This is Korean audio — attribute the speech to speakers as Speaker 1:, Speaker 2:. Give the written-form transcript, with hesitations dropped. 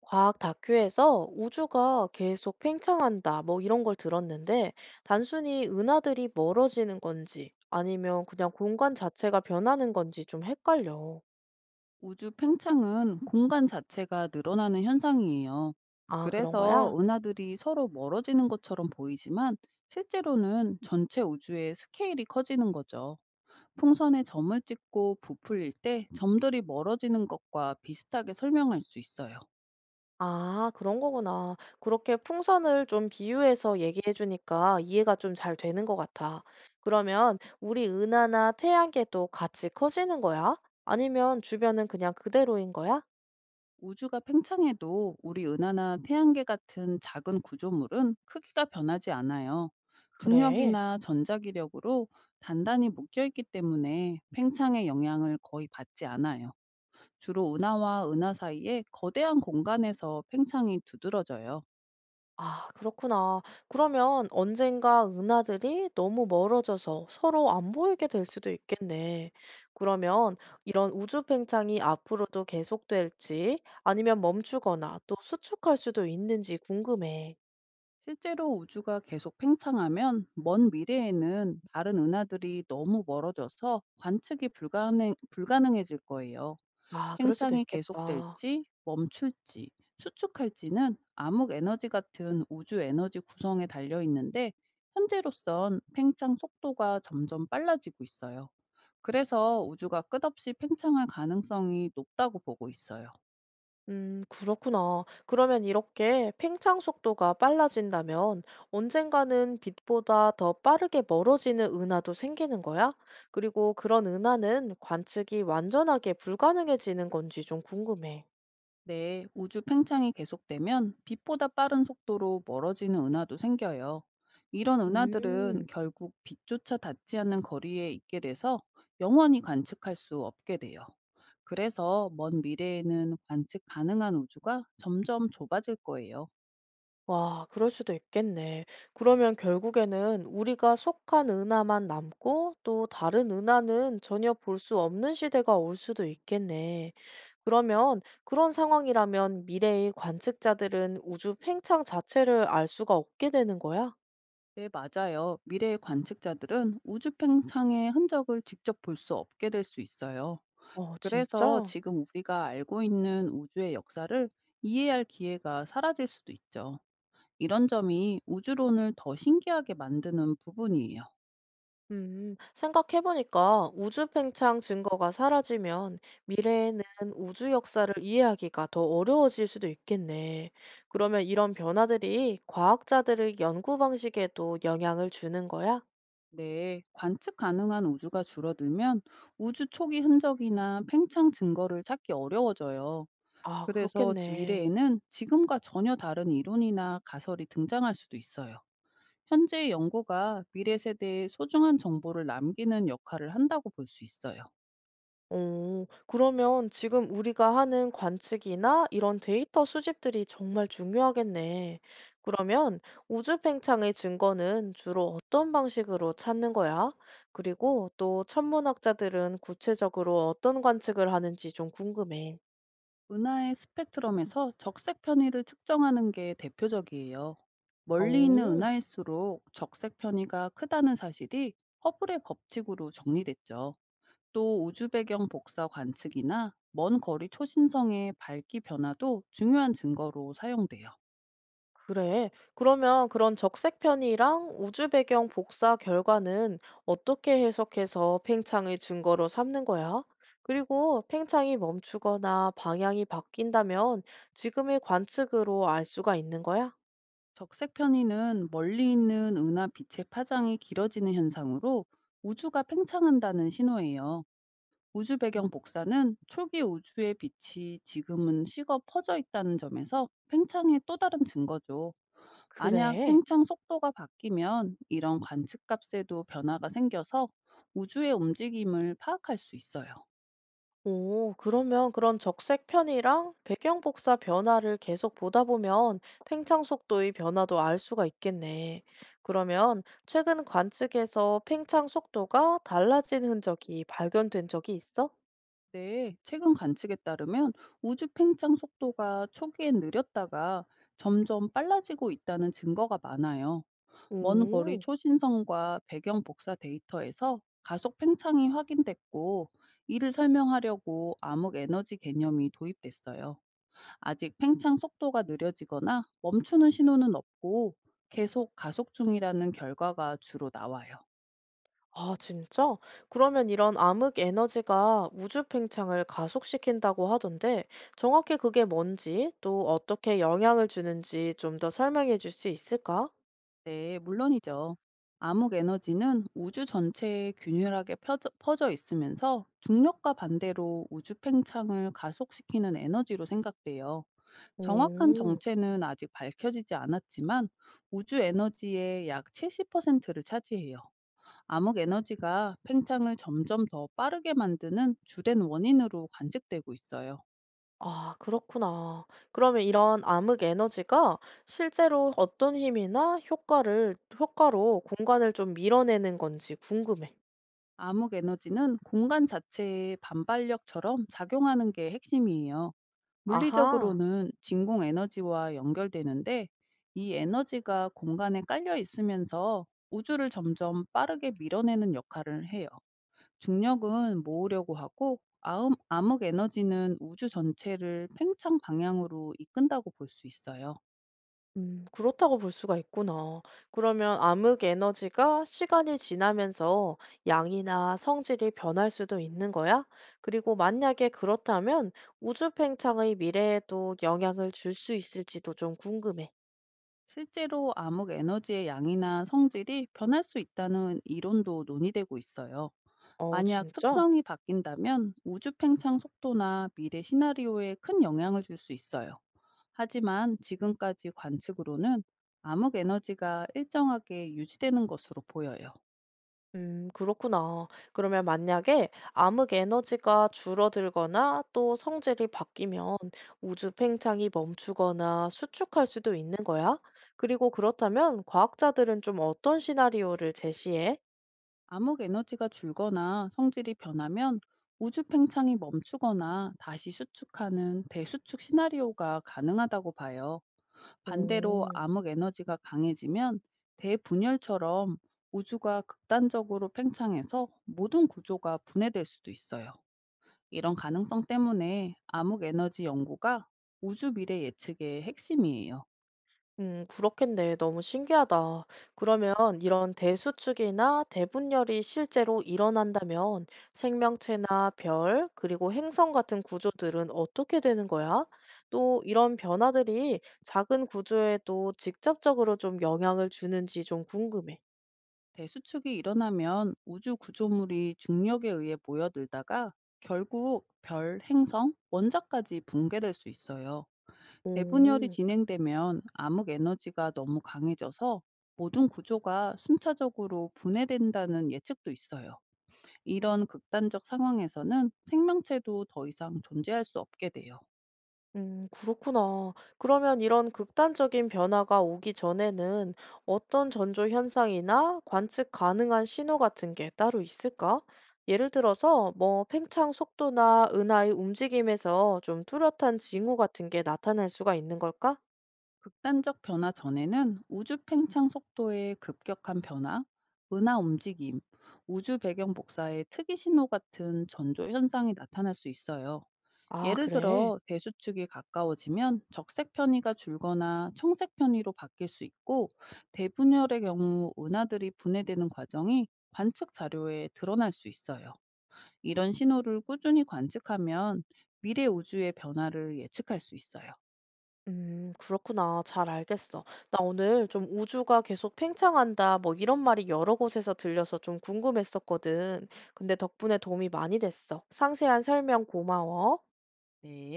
Speaker 1: 과학 다큐에서 우주가 계속 팽창한다, 뭐 이런 걸 들었는데, 단순히 은하들이 멀어지는 건지, 아니면 그냥 공간 자체가 변하는 건지 좀 헷갈려.
Speaker 2: 우주 팽창은 공간 자체가 늘어나는 현상이에요.
Speaker 1: 아, 그런
Speaker 2: 그래서
Speaker 1: 거야?
Speaker 2: 은하들이 서로 멀어지는 것처럼 보이지만 실제로는 전체 우주의 스케일이 커지는 거죠. 풍선에 점을 찍고 부풀릴 때 점들이 멀어지는 것과 비슷하게 설명할 수 있어요.
Speaker 1: 아, 그런 거구나. 그렇게 풍선을 좀 비유해서 얘기해 주니까 이해가 좀 잘 되는 것 같아. 그러면 우리 은하나 태양계도 같이 커지는 거야? 아니면 주변은 그냥 그대로인 거야?
Speaker 2: 우주가 팽창해도 우리 은하나 태양계 같은 작은 구조물은 크기가 변하지 않아요.
Speaker 1: 그래.
Speaker 2: 중력이나 전자기력으로 단단히 묶여있기 때문에 팽창의 영향을 거의 받지 않아요. 주로 은하와 은하 사이에 거대한 공간에서 팽창이 두드러져요.
Speaker 1: 아, 그렇구나. 그러면 언젠가 은하들이 너무 멀어져서 서로 안 보이게 될 수도 있겠네. 그러면 이런 우주 팽창이 앞으로도 계속될지 아니면 멈추거나 또 수축할 수도 있는지 궁금해.
Speaker 2: 실제로 우주가 계속 팽창하면 먼 미래에는 다른 은하들이 너무 멀어져서 관측이 불가능해질 거예요.
Speaker 1: 아, 그럴 수도
Speaker 2: 팽창이
Speaker 1: 있겠다.
Speaker 2: 계속될지 멈출지 수축할지는 암흑 에너지 같은 우주 에너지 구성에 달려 있는데 현재로선 팽창 속도가 점점 빨라지고 있어요. 그래서 우주가 끝없이 팽창할 가능성이 높다고 보고 있어요.
Speaker 1: 그렇구나. 그러면 이렇게 팽창 속도가 빨라진다면 언젠가는 빛보다 더 빠르게 멀어지는 은하도 생기는 거야? 그리고 그런 은하는 관측이 완전하게 불가능해지는 건지 좀 궁금해.
Speaker 2: 네, 우주 팽창이 계속되면 빛보다 빠른 속도로 멀어지는 은하도 생겨요. 이런
Speaker 1: 음.
Speaker 2: 은하들은 결국 빛조차 닿지 않는 거리에 있게 돼서 영원히 관측할 수 없게 돼요. 그래서 먼 미래에는 관측 가능한 우주가 점점 좁아질 거예요.
Speaker 1: 와, 그럴 수도 있겠네. 그러면 결국에는 우리가 속한 은하만 남고 또 다른 은하는 전혀 볼 수 없는 시대가 올 수도 있겠네. 그러면 그런 상황이라면 미래의 관측자들은 우주 팽창 자체를 알 수가 없게 되는 거야?
Speaker 2: 네, 맞아요. 미래의 관측자들은 우주 팽창의 흔적을 직접 볼 수 없게 될 수 있어요.
Speaker 1: 어,
Speaker 2: 그래서
Speaker 1: 진짜?
Speaker 2: 지금 우리가 알고 있는 우주의 역사를 이해할 기회가 사라질 수도 있죠. 이런 점이 우주론을 더 신기하게 만드는 부분이에요.
Speaker 1: 생각해보니까 우주 팽창 증거가 사라지면 미래에는 우주 역사를 이해하기가 더 어려워질 수도 있겠네. 그러면 이런 변화들이 과학자들의 연구 방식에도 영향을 주는 거야?
Speaker 2: 네, 관측 가능한 우주가 줄어들면 우주 초기 흔적이나 팽창 증거를 찾기 어려워져요.
Speaker 1: 아,
Speaker 2: 그래서
Speaker 1: 그렇겠네.
Speaker 2: 미래에는 지금과 전혀 다른 이론이나 가설이 등장할 수도 있어요. 현재의 연구가 미래 세대에 소중한 정보를 남기는 역할을 한다고 볼 수 있어요.
Speaker 1: 오, 그러면 지금 우리가 하는 관측이나 이런 데이터 수집들이 정말 중요하겠네. 그러면 우주 팽창의 증거는 주로 어떤 방식으로 찾는 거야? 그리고 또 천문학자들은 구체적으로 어떤 관측을 하는지 좀 궁금해.
Speaker 2: 은하의 스펙트럼에서 적색 편의를 측정하는 게 대표적이에요. 멀리 있는
Speaker 1: 오.
Speaker 2: 은하일수록 적색 편의가 크다는 사실이 허블의 법칙으로 정리됐죠. 또 우주 배경 복사 관측이나 먼 거리 초신성의 밝기 변화도 중요한 증거로 사용돼요.
Speaker 1: 그래. 그러면 그런 적색 편이랑 우주 배경 복사 결과는 어떻게 해석해서 팽창의 증거로 삼는 거야? 그리고 팽창이 멈추거나 방향이 바뀐다면 지금의 관측으로 알 수가 있는 거야?
Speaker 2: 적색 편의는 멀리 있는 은하 빛의 파장이 길어지는 현상으로 우주가 팽창한다는 신호예요. 우주 배경 복사는 초기 우주의 빛이 지금은 식어 퍼져 있다는 점에서 팽창의 또 다른 증거죠. 만약
Speaker 1: 그래.
Speaker 2: 팽창 속도가 바뀌면 이런 관측값에도 변화가 생겨서 우주의 움직임을 파악할 수 있어요.
Speaker 1: 오, 그러면 그런 적색 편이랑 배경 복사 변화를 계속 보다 보면 팽창 속도의 변화도 알 수가 있겠네. 그러면 최근 관측에서 팽창 속도가 달라진 흔적이 발견된 적이 있어?
Speaker 2: 네, 최근 관측에 따르면 우주 팽창 속도가 초기엔 느렸다가 점점 빨라지고 있다는 증거가 많아요. 먼 거리
Speaker 1: 오,
Speaker 2: 초신성과 배경 복사 데이터에서 가속 팽창이 확인됐고 이를 설명하려고 암흑 에너지 개념이 도입됐어요. 아직 팽창 속도가 느려지거나 멈추는 신호는 없고 계속 가속 중이라는 결과가 주로 나와요.
Speaker 1: 아, 진짜? 그러면 이런 암흑 에너지가 우주 팽창을 가속시킨다고 하던데 정확히 그게 뭔지 또 어떻게 영향을 주는지 좀 더 설명해 줄 수 있을까?
Speaker 2: 네, 물론이죠. 암흑 에너지는 우주 전체에 균일하게 퍼져 있으면서 중력과 반대로 우주 팽창을 가속시키는 에너지로 생각돼요. 정확한
Speaker 1: 음.
Speaker 2: 정체는 아직 밝혀지지 않았지만 우주 에너지의 약 70%를 차지해요. 암흑 에너지가 팽창을 점점 더 빠르게 만드는 주된 원인으로 관측되고 있어요.
Speaker 1: 아, 그렇구나. 그러면 이런 암흑 에너지가 실제로 어떤 힘이나 효과로 공간을 좀 밀어내는 건지 궁금해.
Speaker 2: 암흑 에너지는 공간 자체의 반발력처럼 작용하는 게 핵심이에요.
Speaker 1: 아하,
Speaker 2: 물리적으로는 진공 에너지와 연결되는데 이 에너지가 공간에 깔려 있으면서 우주를 점점 빠르게 밀어내는 역할을 해요. 중력은 모으려고 하고 암흑 에너지는 우주 전체를 팽창 방향으로 이끈다고 볼 수 있어요.
Speaker 1: 그렇다고 볼 수가 있구나. 그러면 암흑 에너지가 시간이 지나면서 양이나 성질이 변할 수도 있는 거야? 그리고 만약에 그렇다면 우주 팽창의 미래에도 영향을 줄 수 있을지도 좀 궁금해.
Speaker 2: 실제로 암흑 에너지의 양이나 성질이 변할 수 있다는 이론도 논의되고 있어요.
Speaker 1: 어,
Speaker 2: 만약
Speaker 1: 진짜?
Speaker 2: 특성이 바뀐다면 우주 팽창 속도나 미래 시나리오에 큰 영향을 줄 수 있어요. 하지만 지금까지 관측으로는 암흑 에너지가 일정하게 유지되는 것으로 보여요.
Speaker 1: 그렇구나. 그러면 만약에 암흑 에너지가 줄어들거나 또 성질이 바뀌면 우주 팽창이 멈추거나 수축할 수도 있는 거야? 그리고 그렇다면 과학자들은 좀 어떤 시나리오를 제시해?
Speaker 2: 암흑 에너지가 줄거나 성질이 변하면 우주 팽창이 멈추거나 다시 수축하는 대수축 시나리오가 가능하다고 봐요. 반대로
Speaker 1: 오.
Speaker 2: 암흑 에너지가 강해지면 대분열처럼 우주가 극단적으로 팽창해서 모든 구조가 분해될 수도 있어요. 이런 가능성 때문에 암흑 에너지 연구가 우주 미래 예측의 핵심이에요.
Speaker 1: 그렇겠네. 너무 신기하다. 그러면 이런 대수축이나 대분열이 실제로 일어난다면 생명체나 별, 그리고 행성 같은 구조들은 어떻게 되는 거야? 또 이런 변화들이 작은 구조에도 직접적으로 좀 영향을 주는지 좀 궁금해.
Speaker 2: 대수축이 일어나면 우주 구조물이 중력에 의해 모여들다가 결국 별, 행성, 원자까지 붕괴될 수 있어요. 대분열이
Speaker 1: 오.
Speaker 2: 진행되면 암흑 에너지가 너무 강해져서 모든 구조가 순차적으로 분해된다는 예측도 있어요. 이런 극단적 상황에서는 생명체도 더 이상 존재할 수 없게 돼요.
Speaker 1: 그렇구나. 그러면 이런 극단적인 변화가 오기 전에는 어떤 전조 현상이나 관측 가능한 신호 같은 게 따로 있을까? 예를 들어서 뭐 팽창 속도나 은하의 움직임에서 좀 뚜렷한 징후 같은 게 나타날 수가 있는 걸까?
Speaker 2: 극단적 변화 전에는 우주 팽창 속도의 급격한 변화, 은하 움직임, 우주 배경 복사의 특이 신호 같은 전조 현상이 나타날 수 있어요.
Speaker 1: 아,
Speaker 2: 예를
Speaker 1: 그래.
Speaker 2: 들어 대수축이 가까워지면 적색 편의가 줄거나 청색 편의로 바뀔 수 있고 대분열의 경우 은하들이 분해되는 과정이 관측 자료에 드러날 수 있어요. 이런 신호를 꾸준히 관측하면 미래 우주의 변화를 예측할 수 있어요.
Speaker 1: 그렇구나. 잘 알겠어. 나 오늘 좀 우주가 계속 팽창한다, 뭐 이런 말이 여러 곳에서 들려서 좀 궁금했었거든. 근데 덕분에 도움이 많이 됐어. 상세한 설명 고마워.
Speaker 2: 네.